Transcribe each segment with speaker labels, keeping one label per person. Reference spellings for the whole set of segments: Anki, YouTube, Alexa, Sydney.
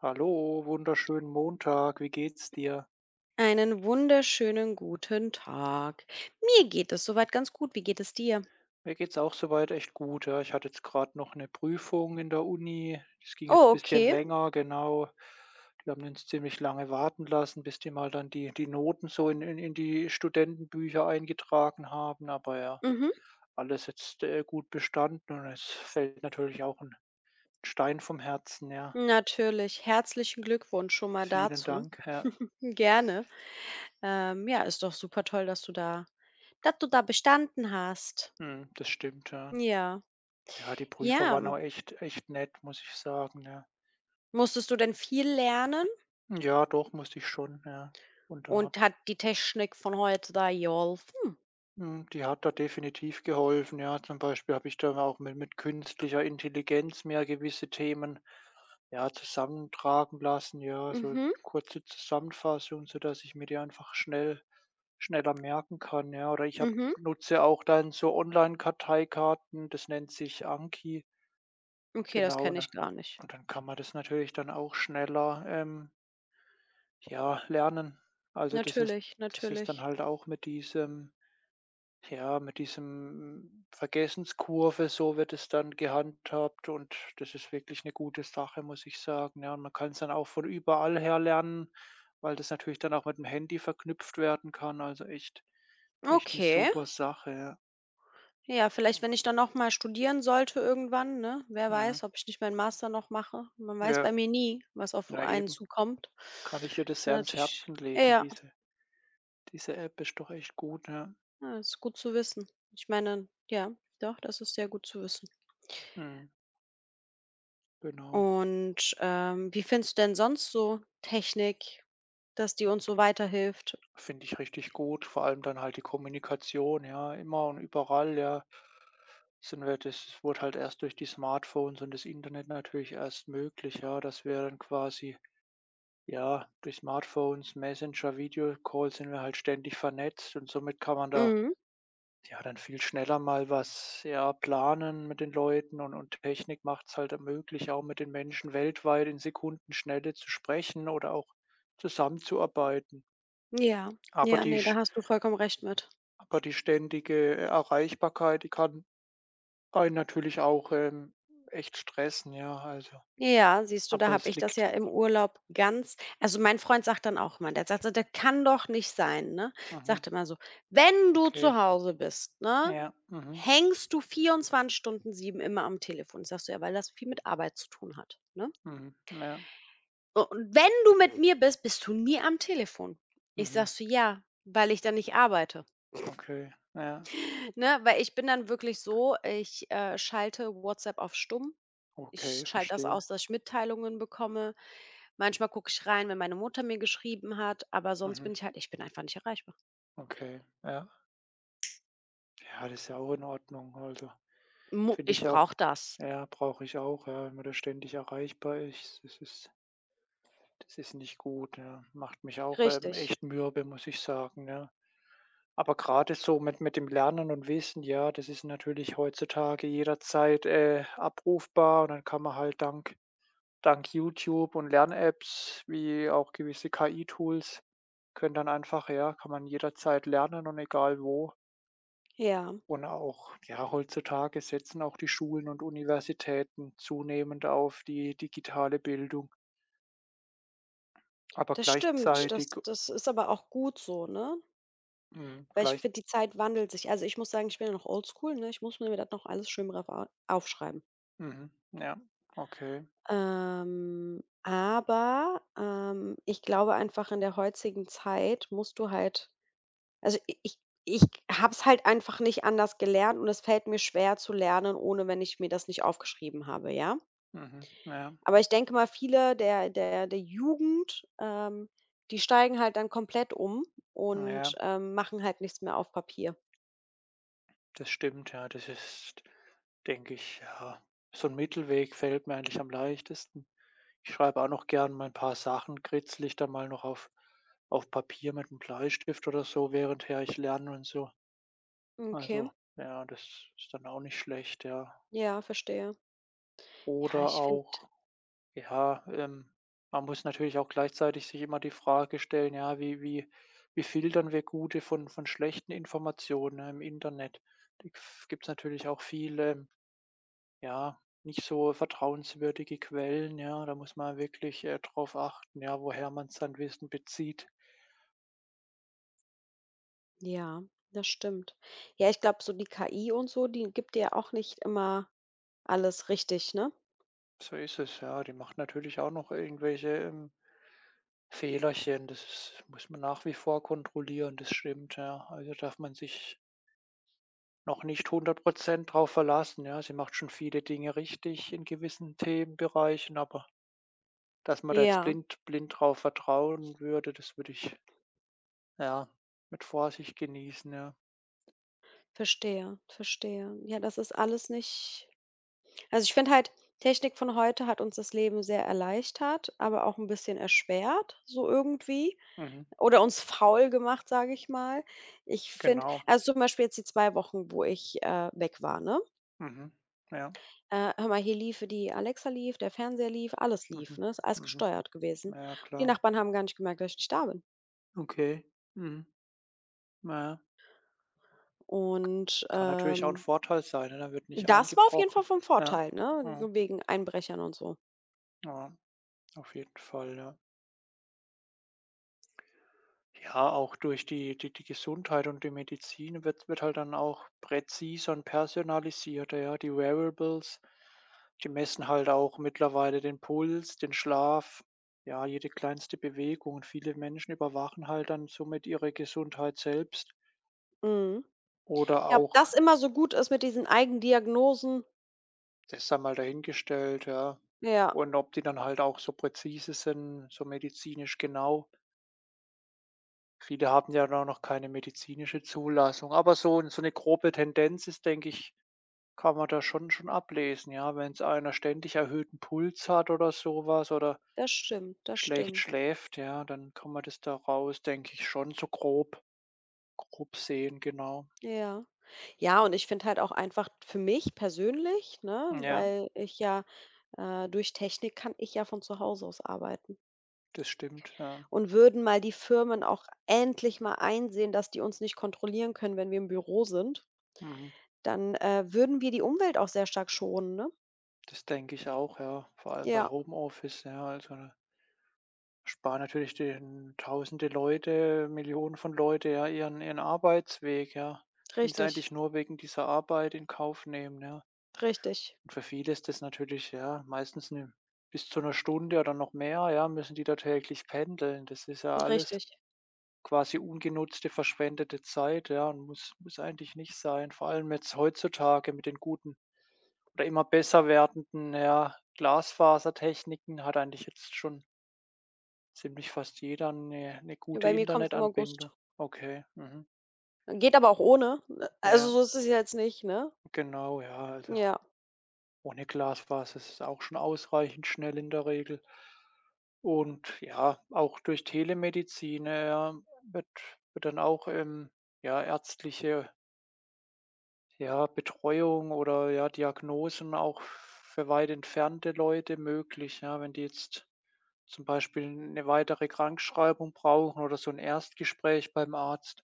Speaker 1: Hallo, wunderschönen Montag. Wie geht's dir?
Speaker 2: Einen wunderschönen guten Tag. Mir geht es soweit ganz gut. Wie geht es dir?
Speaker 1: Mir geht's auch soweit echt gut, ja. Ich hatte jetzt gerade noch eine Prüfung in der Uni. Das ging jetzt ein
Speaker 2: Oh,
Speaker 1: bisschen
Speaker 2: okay.
Speaker 1: länger, genau. Die haben uns ziemlich lange warten lassen, bis die mal dann die Noten so in die Studentenbücher eingetragen haben. Aber ja,
Speaker 2: Mhm.
Speaker 1: alles jetzt, gut bestanden und es fällt natürlich auch ein Stein vom Herzen, ja.
Speaker 2: Natürlich. Herzlichen Glückwunsch schon mal
Speaker 1: Vielen
Speaker 2: dazu.
Speaker 1: Dank, ja.
Speaker 2: Gerne. Ja, ist doch super toll, dass du da bestanden hast.
Speaker 1: Mhm, das stimmt, ja.
Speaker 2: Ja.
Speaker 1: Ja, die Prüfer
Speaker 2: Ja.
Speaker 1: waren auch echt nett, muss ich sagen, ja.
Speaker 2: Musstest du denn viel lernen?
Speaker 1: Ja, doch, musste ich schon, ja. Und da
Speaker 2: Und
Speaker 1: habe
Speaker 2: hat
Speaker 1: ich
Speaker 2: die Technik von heute da geholfen?
Speaker 1: mhm, die hat da definitiv geholfen, ja. Zum Beispiel habe ich da auch mit künstlicher Intelligenz mehr gewisse Themen, ja, zusammentragen lassen, ja, so
Speaker 2: Mhm.
Speaker 1: kurze Zusammenfassung, sodass ich mir die einfach schneller merken kann, ja. Oder ich habe
Speaker 2: Mhm.
Speaker 1: nutze auch dann so Online-Karteikarten, das nennt sich Anki,
Speaker 2: Okay, das
Speaker 1: genau,
Speaker 2: kenne ich gar nicht.
Speaker 1: und dann kann man das natürlich dann auch schneller, ja, lernen. Also,
Speaker 2: Natürlich,
Speaker 1: das ist dann
Speaker 2: natürlich.
Speaker 1: halt auch mit diesem ja, mit diesem Vergessenskurve, so wird es dann gehandhabt und das ist wirklich eine gute Sache, muss ich sagen, ja. Und man kann es dann auch von überall her lernen, weil das natürlich dann auch mit dem Handy verknüpft werden kann. Also, echt eine
Speaker 2: Okay.
Speaker 1: super Sache, ja.
Speaker 2: Ja, vielleicht, wenn ich dann noch mal studieren sollte irgendwann, ne? Wer
Speaker 1: Mhm.
Speaker 2: weiß, ob ich nicht meinen Master noch mache. Man weiß bei
Speaker 1: Ja,
Speaker 2: mir nie, was auf
Speaker 1: na
Speaker 2: einen
Speaker 1: eben,
Speaker 2: zukommt.
Speaker 1: kann ich dir das
Speaker 2: Ist ja
Speaker 1: sehr ans
Speaker 2: natürlich,
Speaker 1: Herzen legen.
Speaker 2: ja,
Speaker 1: Diese App ist doch echt gut, ja.
Speaker 2: ja, ist gut zu wissen. Ich meine, ja, doch, das ist sehr gut zu wissen.
Speaker 1: Mhm, genau.
Speaker 2: Und, wie findest du denn sonst so Technik, dass die uns so weiterhilft?
Speaker 1: Finde ich richtig gut, vor allem dann halt die Kommunikation, ja, immer und überall, ja. Sind wir das wurde halt erst durch die Smartphones und das Internet natürlich erst möglich, ja, dass wir dann quasi, ja, durch Smartphones, Messenger, Videocall sind wir halt ständig vernetzt und somit kann man da,
Speaker 2: Mhm.
Speaker 1: ja, dann viel schneller mal was, ja, planen mit den Leuten und Technik macht es halt möglich, auch mit den Menschen weltweit in Sekundenschnelle zu sprechen oder auch zusammenzuarbeiten.
Speaker 2: Ja.
Speaker 1: Aber
Speaker 2: Ja,
Speaker 1: die
Speaker 2: ne, da hast du vollkommen recht mit.
Speaker 1: Aber die ständige Erreichbarkeit, die kann einen natürlich auch, echt stressen, ja, also
Speaker 2: Ja, siehst du, da
Speaker 1: aber
Speaker 2: habe
Speaker 1: es
Speaker 2: ich das ja
Speaker 1: liegt
Speaker 2: im Urlaub ganz, also, mein Freund sagt dann auch immer, der sagt so: „Das kann doch nicht sein", ne?
Speaker 1: mhm,
Speaker 2: Sagt immer so: „Wenn du zu
Speaker 1: okay.
Speaker 2: Hause bist, ne,
Speaker 1: Ja, mhm,
Speaker 2: hängst du 24 Stunden 7 immer am Telefon." Ich sage so: „Ja, weil das viel mit Arbeit zu tun hat", ne?
Speaker 1: mhm, ja,
Speaker 2: „U und wenn du mit mir bist, bist du nie am Telefon." Ich sage
Speaker 1: mhm,
Speaker 2: so: „Ja, weil ich dann nicht arbeite",
Speaker 1: okay, ja,
Speaker 2: ne? Weil ich bin dann wirklich so, ich, schalte WhatsApp auf stumm. Ich
Speaker 1: okay,
Speaker 2: schalte das
Speaker 1: verstehe.
Speaker 2: aus, dass ich Mitteilungen bekomme. Manchmal gucke ich rein, wenn meine Mutter mir geschrieben hat, aber sonst
Speaker 1: Mhm,
Speaker 2: bin ich halt, ich bin einfach nicht erreichbar.
Speaker 1: okay, ja. Ja, das ist ja auch in Ordnung, also
Speaker 2: Mu
Speaker 1: finde
Speaker 2: Ich
Speaker 1: ich auch
Speaker 2: brauche das.
Speaker 1: ja, brauche ich auch, ja, wenn man da ständig erreichbar ist. Das ist nicht gut, ja. Macht mich auch,
Speaker 2: Richtig.
Speaker 1: echt mürbe, muss ich sagen, ja. Aber gerade so mit dem Lernen und Wissen, ja, das ist natürlich heutzutage jederzeit, abrufbar und dann kann man halt dank YouTube und Lern-Apps wie auch gewisse KI-Tools können dann einfach ja, kann man jederzeit lernen und egal wo.
Speaker 2: Ja,
Speaker 1: Und auch, ja, heutzutage setzen auch die Schulen und Universitäten zunehmend auf die digitale Bildung. Aber
Speaker 2: das stimmt.
Speaker 1: gleichzeitig
Speaker 2: Das ist aber auch gut so, ne?
Speaker 1: mhm,
Speaker 2: Weil ich
Speaker 1: gleich
Speaker 2: finde, die Zeit wandelt sich. Also, ich muss sagen, ich bin ja noch oldschool, ne? Ich muss mir das noch alles schön brav au aufschreiben.
Speaker 1: Mhm. Ja, okay.
Speaker 2: Aber, ich glaube einfach, in der heutigen Zeit musst du halt, also, i ich ich habe es halt einfach nicht anders gelernt und es fällt mir schwer zu lernen, ohne wenn ich mir das nicht aufgeschrieben habe, ja?
Speaker 1: Mhm. Ja,
Speaker 2: Aber ich denke mal, viele der Jugend, die steigen halt dann komplett um und,
Speaker 1: ja,
Speaker 2: machen halt nichts mehr auf Papier.
Speaker 1: das stimmt, ja. Das ist, denke ich, ja, so ein Mittelweg fällt mir eigentlich am leichtesten. Ich schreibe auch noch gern mal 'n paar Sachen, kritzle ich dann mal noch auf Papier mit einem Bleistift oder so, währendher ich lerne und so.
Speaker 2: Okay,
Speaker 1: Also, ja, das ist dann auch nicht schlecht, ja.
Speaker 2: ja, verstehe. Ja,
Speaker 1: Oder
Speaker 2: ich finde,
Speaker 1: auch Ja, man muss natürlich auch gleichzeitig sich immer die Frage stellen, ja, wie filtern wir gute von schlechten Informationen, ne, im Internet? Da gif gibt's natürlich auch viele, ja, nicht so vertrauenswürdige Quellen, ja. Da muss man wirklich, drauf achten, ja, woher man sein Wissen bezieht.
Speaker 2: ja, das stimmt. Ja, ich glaube, so die KI und so, die gibt dir auch nicht immer alles richtig, ne?
Speaker 1: So ist es, ja. Die macht natürlich auch noch irgendwelche, Fehlerchen. Das ist, muss man nach wie vor kontrollieren, das stimmt, ja. Also darf man sich noch nicht hundert Prozent drauf verlassen, ja. Sie macht schon viele Dinge richtig in gewissen Themenbereichen, aber dass man da jetzt
Speaker 2: Ja,
Speaker 1: blind drauf vertrauen würde, das würde ich, ja, mit Vorsicht genießen, ja.
Speaker 2: verstehe, verstehe. Ja, das ist alles nicht, also, ich finde halt, Technik von heute hat uns das Leben sehr erleichtert, aber auch ein bisschen erschwert, so irgendwie.
Speaker 1: Mhm,
Speaker 2: Oder uns faul gemacht, sage ich mal. Ich finde,
Speaker 1: genau.
Speaker 2: also, zum Beispiel jetzt die 2 Wochen, wo ich, weg war, ne?
Speaker 1: Mhm. Ja.
Speaker 2: Hör mal, hier liefe die Alexa, lief der Fernseher, lief alles, lief,
Speaker 1: Mhm.
Speaker 2: ne? Ist alles
Speaker 1: Mhm.
Speaker 2: gesteuert gewesen.
Speaker 1: Ja,
Speaker 2: Die
Speaker 1: klar.
Speaker 2: Nachbarn haben gar nicht gemerkt, dass ich nicht da bin.
Speaker 1: Okay. Mhm. Ja,
Speaker 2: Und,
Speaker 1: kann natürlich auch ein Vorteil sein, ne? Da wird nicht
Speaker 2: das war auf jeden Fall
Speaker 1: eingebrochen.
Speaker 2: vom
Speaker 1: Ja.
Speaker 2: Vorteil, ne,
Speaker 1: Mhm.
Speaker 2: wegen Einbrechern und so.
Speaker 1: Ja, auf jeden Fall, ja. Ja, auch durch die Gesundheit und die Medizin wird halt dann auch präziser und personalisierter, ja. Die Wearables, die messen halt auch mittlerweile den Puls, den Schlaf, ja, jede kleinste Bewegung und viele Menschen überwachen halt dann somit ihre Gesundheit selbst
Speaker 2: Mhm.
Speaker 1: oder
Speaker 2: Ja, ob das
Speaker 1: auch
Speaker 2: immer so gut ist mit diesen Eigendiagnosen,
Speaker 1: das sei mal dahingestellt, ja.
Speaker 2: ja,
Speaker 1: Und ob die dann halt auch so präzise sind, so medizinisch genau. Viele haben ja dann noch keine medizinische Zulassung, aber so eine grobe Tendenz ist, denke ich, kann man da schon ablesen, ja, wenn es einer ständig erhöhten Puls hat oder sowas oder
Speaker 2: das stimmt, das
Speaker 1: schlecht
Speaker 2: stimmt.
Speaker 1: schläft, ja, dann kann man das daraus, denke ich, schon so grob sehen, genau.
Speaker 2: Ja. Ja, und ich finde halt auch einfach für mich persönlich, ne,
Speaker 1: Ja,
Speaker 2: weil ich ja, durch Technik kann ich ja von zu Hause aus arbeiten.
Speaker 1: das stimmt, ja.
Speaker 2: Und würden mal die Firmen auch endlich mal einsehen, dass die uns nicht kontrollieren können, wenn wir im Büro sind,
Speaker 1: Mhm.
Speaker 2: dann, würden wir die Umwelt auch sehr stark schonen, ne?
Speaker 1: Das denke ich auch, ja, vor allem bei
Speaker 2: Ja,
Speaker 1: Homeoffice, ja, also, da sparen natürlich den tausende Leute, Millionen von Leute, ja, ihren Arbeitsweg, ja, den sie
Speaker 2: richtig,
Speaker 1: eigentlich nur wegen dieser Arbeit in Kauf nehmen, ja.
Speaker 2: richtig,
Speaker 1: Und für viele ist das natürlich, ja, meistens 'ne bis zu einer Stunde oder noch mehr, ja, müssen die da täglich pendeln. Das ist ja alles
Speaker 2: richtig.
Speaker 1: quasi ungenutzte, verschwendete Zeit, ja, und muss eigentlich nicht sein. Vor allem jetzt heutzutage mit den guten oder immer besser werdenden, ja, Glasfasertechniken hat eigentlich jetzt schon ziemlich fast jeder eine 'ne gute
Speaker 2: Bei mir kommt es im August.
Speaker 1: Internetanbindung. Okay, mhm.
Speaker 2: Geht aber auch ohne. Also
Speaker 1: Ja,
Speaker 2: so ist es jetzt nicht, ne?
Speaker 1: genau, ja, also
Speaker 2: Ja,
Speaker 1: ohne Glasfaser ist es auch schon ausreichend schnell in der Regel. Und ja, auch durch Telemedizin, wird wird dann auch, ja, ärztliche, ja, Betreuung oder, ja, Diagnosen auch für weit entfernte Leute möglich, ja? Wenn die jetzt zum Beispiel eine weitere Krankschreibung brauchen oder so ein Erstgespräch beim Arzt,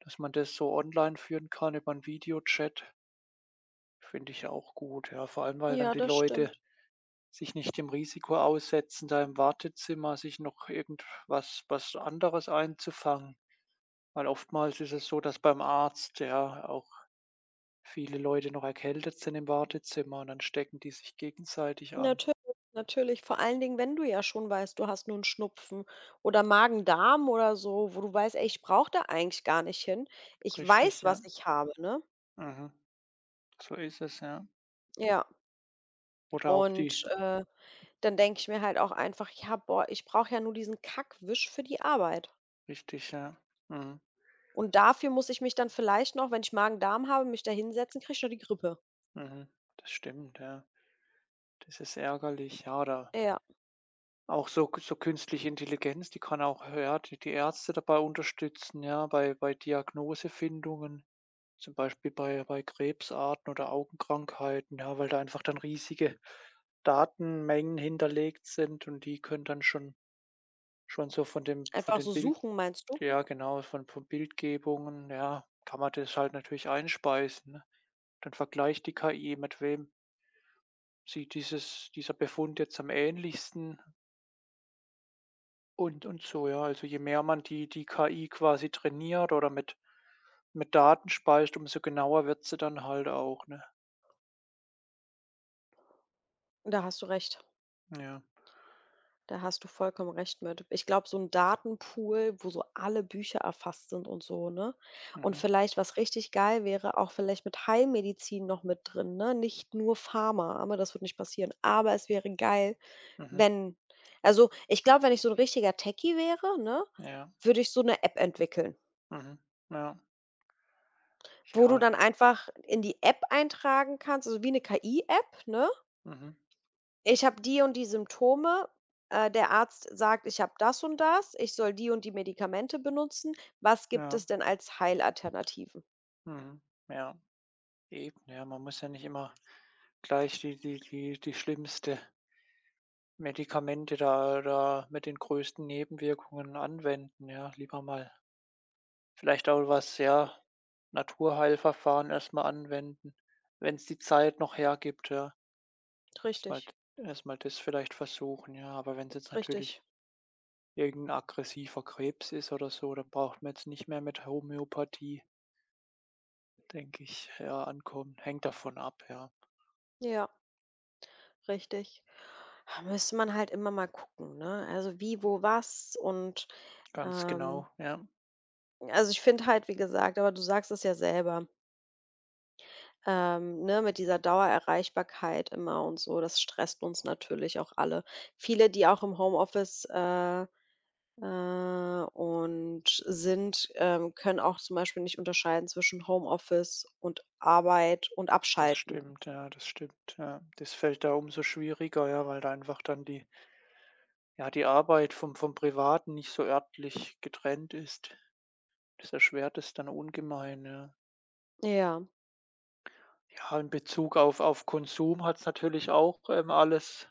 Speaker 1: dass man das so online führen kann über 'n Videochat, finde ich auch gut, ja. Vor allem, weil dann
Speaker 2: ja,
Speaker 1: die
Speaker 2: das
Speaker 1: Leute
Speaker 2: stimmt.
Speaker 1: sich nicht dem Risiko aussetzen, da im Wartezimmer sich noch irgendwas was anderes einzufangen. Weil oftmals ist es so, dass beim Arzt, ja, auch viele Leute noch erkältet sind im Wartezimmer und dann stecken die sich gegenseitig an.
Speaker 2: Natürlich, natürlich. Vor allen Dingen, wenn du ja schon weißt, du hast nur einen Schnupfen oder Magen-Darm oder so, wo du weißt: „Ey, ich brauche da eigentlich gar nicht hin. Ich
Speaker 1: Richtig,
Speaker 2: weiß,
Speaker 1: ja.
Speaker 2: was ich habe", ne?
Speaker 1: Mhm. So ist es, ja.
Speaker 2: Ja,
Speaker 1: Oder auch die
Speaker 2: und, dann denke ich mir halt auch einfach: „Ja, boah, ich brauche ja nur diesen Kackwisch für die Arbeit.
Speaker 1: richtig, ja. Mhm.
Speaker 2: Und dafür muss ich mich dann vielleicht noch, wenn ich Magen-Darm habe, mich da hinsetzen, kriege ich noch die Grippe."
Speaker 1: Mhm. Das stimmt, ja. Das ist ärgerlich, ja, da
Speaker 2: Ja,
Speaker 1: auch so künstliche Intelligenz, die kann auch, ja, die Ärzte dabei unterstützen, ja, bei Diagnosefindungen. Zum Beispiel bei Krebsarten oder Augenkrankheiten, ja, weil da einfach dann riesige Datenmengen hinterlegt sind und die können dann schon so von dem von
Speaker 2: einfach
Speaker 1: den
Speaker 2: so
Speaker 1: Bild
Speaker 2: suchen, meinst du?
Speaker 1: ja genau, von Bildgebungen, ja, kann man das halt natürlich einspeisen, ne? Dann vergleicht die KI, mit wem sieht dieses dieser Befund jetzt am ähnlichsten und so, ja. Also, je mehr man die die KI quasi trainiert oder mit Daten speist, umso genauer wird sie dann halt auch, ne?
Speaker 2: Da hast du recht.
Speaker 1: Ja,
Speaker 2: Da hast du vollkommen recht mit. Ich glaube, so ein Datenpool, wo so alle Bücher erfasst sind und so, ne? Und
Speaker 1: mhm.
Speaker 2: vielleicht, was richtig geil wäre, auch vielleicht mit Heilmedizin noch mit drin, ne? Nicht nur Pharma, aber das wird nicht passieren. Aber es wäre geil,
Speaker 1: Mhm.
Speaker 2: wenn, also, ich glaube, wenn ich so ein richtiger Techie wäre, ne,
Speaker 1: Ja.
Speaker 2: würde ich so eine App entwickeln,
Speaker 1: Mhm. Ja.
Speaker 2: wo du
Speaker 1: Ja.
Speaker 2: dann einfach in die App eintragen kannst, also wie 'ne KI-App, ne?
Speaker 1: Mhm.
Speaker 2: Ich habe die und die Symptome. Der Arzt sagt, ich habe das und das. Ich soll die und die Medikamente benutzen. Was gibt
Speaker 1: Ja.
Speaker 2: es denn als Heilalternativen?
Speaker 1: Mhm. Ja. Eben, ja. Man muss ja nicht immer gleich die schlimmste Medikamente da mit den größten Nebenwirkungen anwenden, ja. Lieber mal vielleicht auch was, ja, Naturheilverfahren erst mal anwenden, wenn's die Zeit noch hergibt, ja. erstmal
Speaker 2: Richtig,
Speaker 1: Erstmal das vielleicht versuchen, ja. Aber wenn's jetzt
Speaker 2: richtig.
Speaker 1: natürlich irgendein aggressiver Krebs ist oder so, dann braucht man jetzt nicht mehr mit Homöopathie denke ich, ja, ankommen. Hängt davon ab, ja.
Speaker 2: Ja, richtig. Da müsste man halt immer mal gucken, ne? Also wie, wo, was und
Speaker 1: Ganz genau,
Speaker 2: ähm,
Speaker 1: ja.
Speaker 2: also ich finde halt, wie gesagt, aber du sagst es ja selber, ne, mit dieser Dauererreichbarkeit immer und so, das stresst uns natürlich auch alle. Viele, die auch im Homeoffice, äh, und sind, können auch zum Beispiel nicht unterscheiden zwischen Homeoffice und Arbeit und
Speaker 1: Das
Speaker 2: Abschalten.
Speaker 1: stimmt, ja, das stimmt, ja. Das fällt da umso schwieriger, ja, weil da einfach dann die ja, die Arbeit vom Privaten nicht so örtlich getrennt ist. Das erschwert es dann ungemein, ja.
Speaker 2: Ja,
Speaker 1: Ja, in Bezug auf Konsum hat es natürlich auch, alles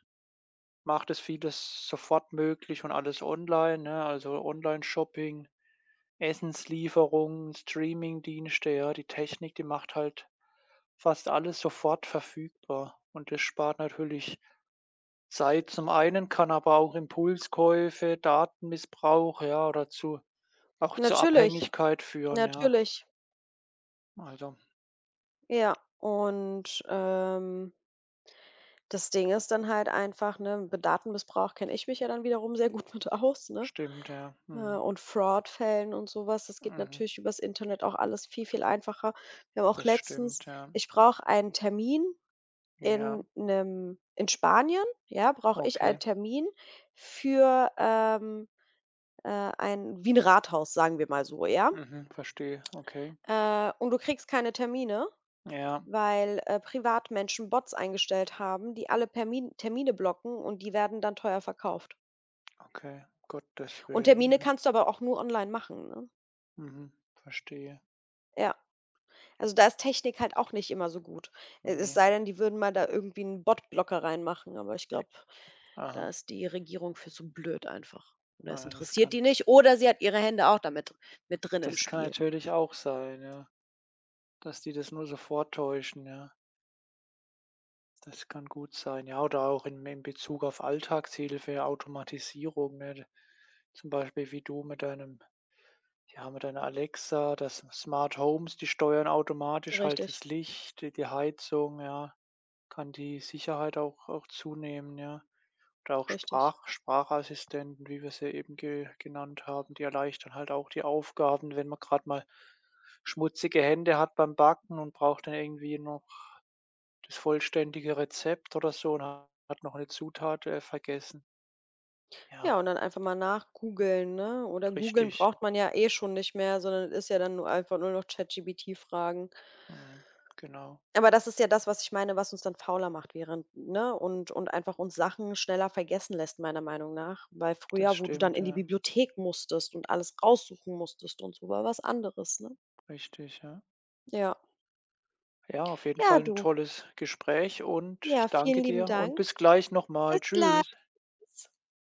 Speaker 1: macht es vieles sofort möglich und alles online, ne? Also, Online-Shopping Onlineshopping, Essenslieferungen, dienste ja. Die Technik, die macht halt fast alles sofort verfügbar und das spart natürlich Zeit zum einen, kann aber auch Impulskäufe, Datenmissbrauch, ja, oder zu auch zur
Speaker 2: natürlich,
Speaker 1: Abhängigkeit führen, ja.
Speaker 2: natürlich,
Speaker 1: Also,
Speaker 2: ja. Und das Ding ist dann halt einfach, ne, mit Datenmissbrauch kenne ich mich ja dann wiederum sehr gut mit aus, ne?
Speaker 1: stimmt, ja. Mhm.
Speaker 2: Und Fraud-Fällen und sowas, das geht
Speaker 1: Mhm.
Speaker 2: natürlich übers Internet auch alles viel, viel einfacher. Wir haben auch
Speaker 1: Das
Speaker 2: letztens,
Speaker 1: stimmt, ja.
Speaker 2: ich brauche einen Termin in
Speaker 1: Ja,
Speaker 2: 'nem in Spanien, ja, brauche ich einen
Speaker 1: okay.
Speaker 2: Termin für, äh, ein wie ein Rathaus, sagen wir mal so, ja?
Speaker 1: Mhm, verstehe. Okay.
Speaker 2: Und du kriegst keine Termine,
Speaker 1: Ja,
Speaker 2: weil, Privatmenschen Bots eingestellt haben, die alle Permin Termine blocken und die werden dann teuer verkauft.
Speaker 1: okay. Gottes
Speaker 2: Und Termine
Speaker 1: Willen.
Speaker 2: kannst du aber auch nur online machen, ne?
Speaker 1: Mhm. Mhm. Verstehe.
Speaker 2: Ja. Also, da ist Technik halt auch nicht immer so gut. Es
Speaker 1: Ne.
Speaker 2: sei denn, die würden mal da irgendwie einen Botblocker reinmachen, aber ich glaube, da
Speaker 1: Aha.
Speaker 2: ist die Regierung für zu blöd einfach. Oder es
Speaker 1: Ah,
Speaker 2: interessiert die nicht oder sie hat ihre Hände auch damit mit drin im
Speaker 1: das kann
Speaker 2: Spiel.
Speaker 1: natürlich auch sein, ja, dass die das nur so vortäuschen, ja. Das kann gut sein, ja, oder auch in Bezug auf Alltagshilfe, Automatisierung, ne? Zum Beispiel wie du mit deinem ja, mit deiner Alexa, das Smart Homes, die steuern automatisch halt
Speaker 2: Richtig,
Speaker 1: das Licht, die Heizung, ja, kann die Sicherheit auch zunehmen, ja. Oder auch
Speaker 2: richtig.
Speaker 1: Sprachassistenten, wie wir sie eben ge genannt haben, die erleichtern halt auch die Aufgaben, wenn man gerade mal schmutzige Hände hat beim Backen und braucht dann irgendwie noch das vollständige Rezept oder so und ha- hat noch eine Zutat, vergessen.
Speaker 2: Ja,
Speaker 1: Ja,
Speaker 2: und dann einfach mal nachgoogeln, ne? Oder googeln
Speaker 1: richtig.
Speaker 2: braucht man ja eh schon nicht mehr, sondern ist ja dann nur einfach nur noch ChatGPT fragen.
Speaker 1: Mhm, genau.
Speaker 2: Aber das ist ja das, was ich meine, was uns dann fauler macht während, ne? Und einfach uns Sachen schneller vergessen lässt, meiner Meinung nach. Weil
Speaker 1: Das
Speaker 2: früher, wo du dann
Speaker 1: stimmt,
Speaker 2: in die
Speaker 1: ja.
Speaker 2: Bibliothek musstest und alles raussuchen musstest und so, war was anderes, ne?
Speaker 1: Richtig, ja.
Speaker 2: Ja.
Speaker 1: Ja, auf jeden
Speaker 2: Ja,
Speaker 1: Fall ein
Speaker 2: du.
Speaker 1: tolles Gespräch und
Speaker 2: Ja,
Speaker 1: ich danke
Speaker 2: vielen lieben
Speaker 1: dir und
Speaker 2: Dank.
Speaker 1: bis gleich noch
Speaker 2: Bis
Speaker 1: mal.
Speaker 2: gleich.
Speaker 1: Tschüss.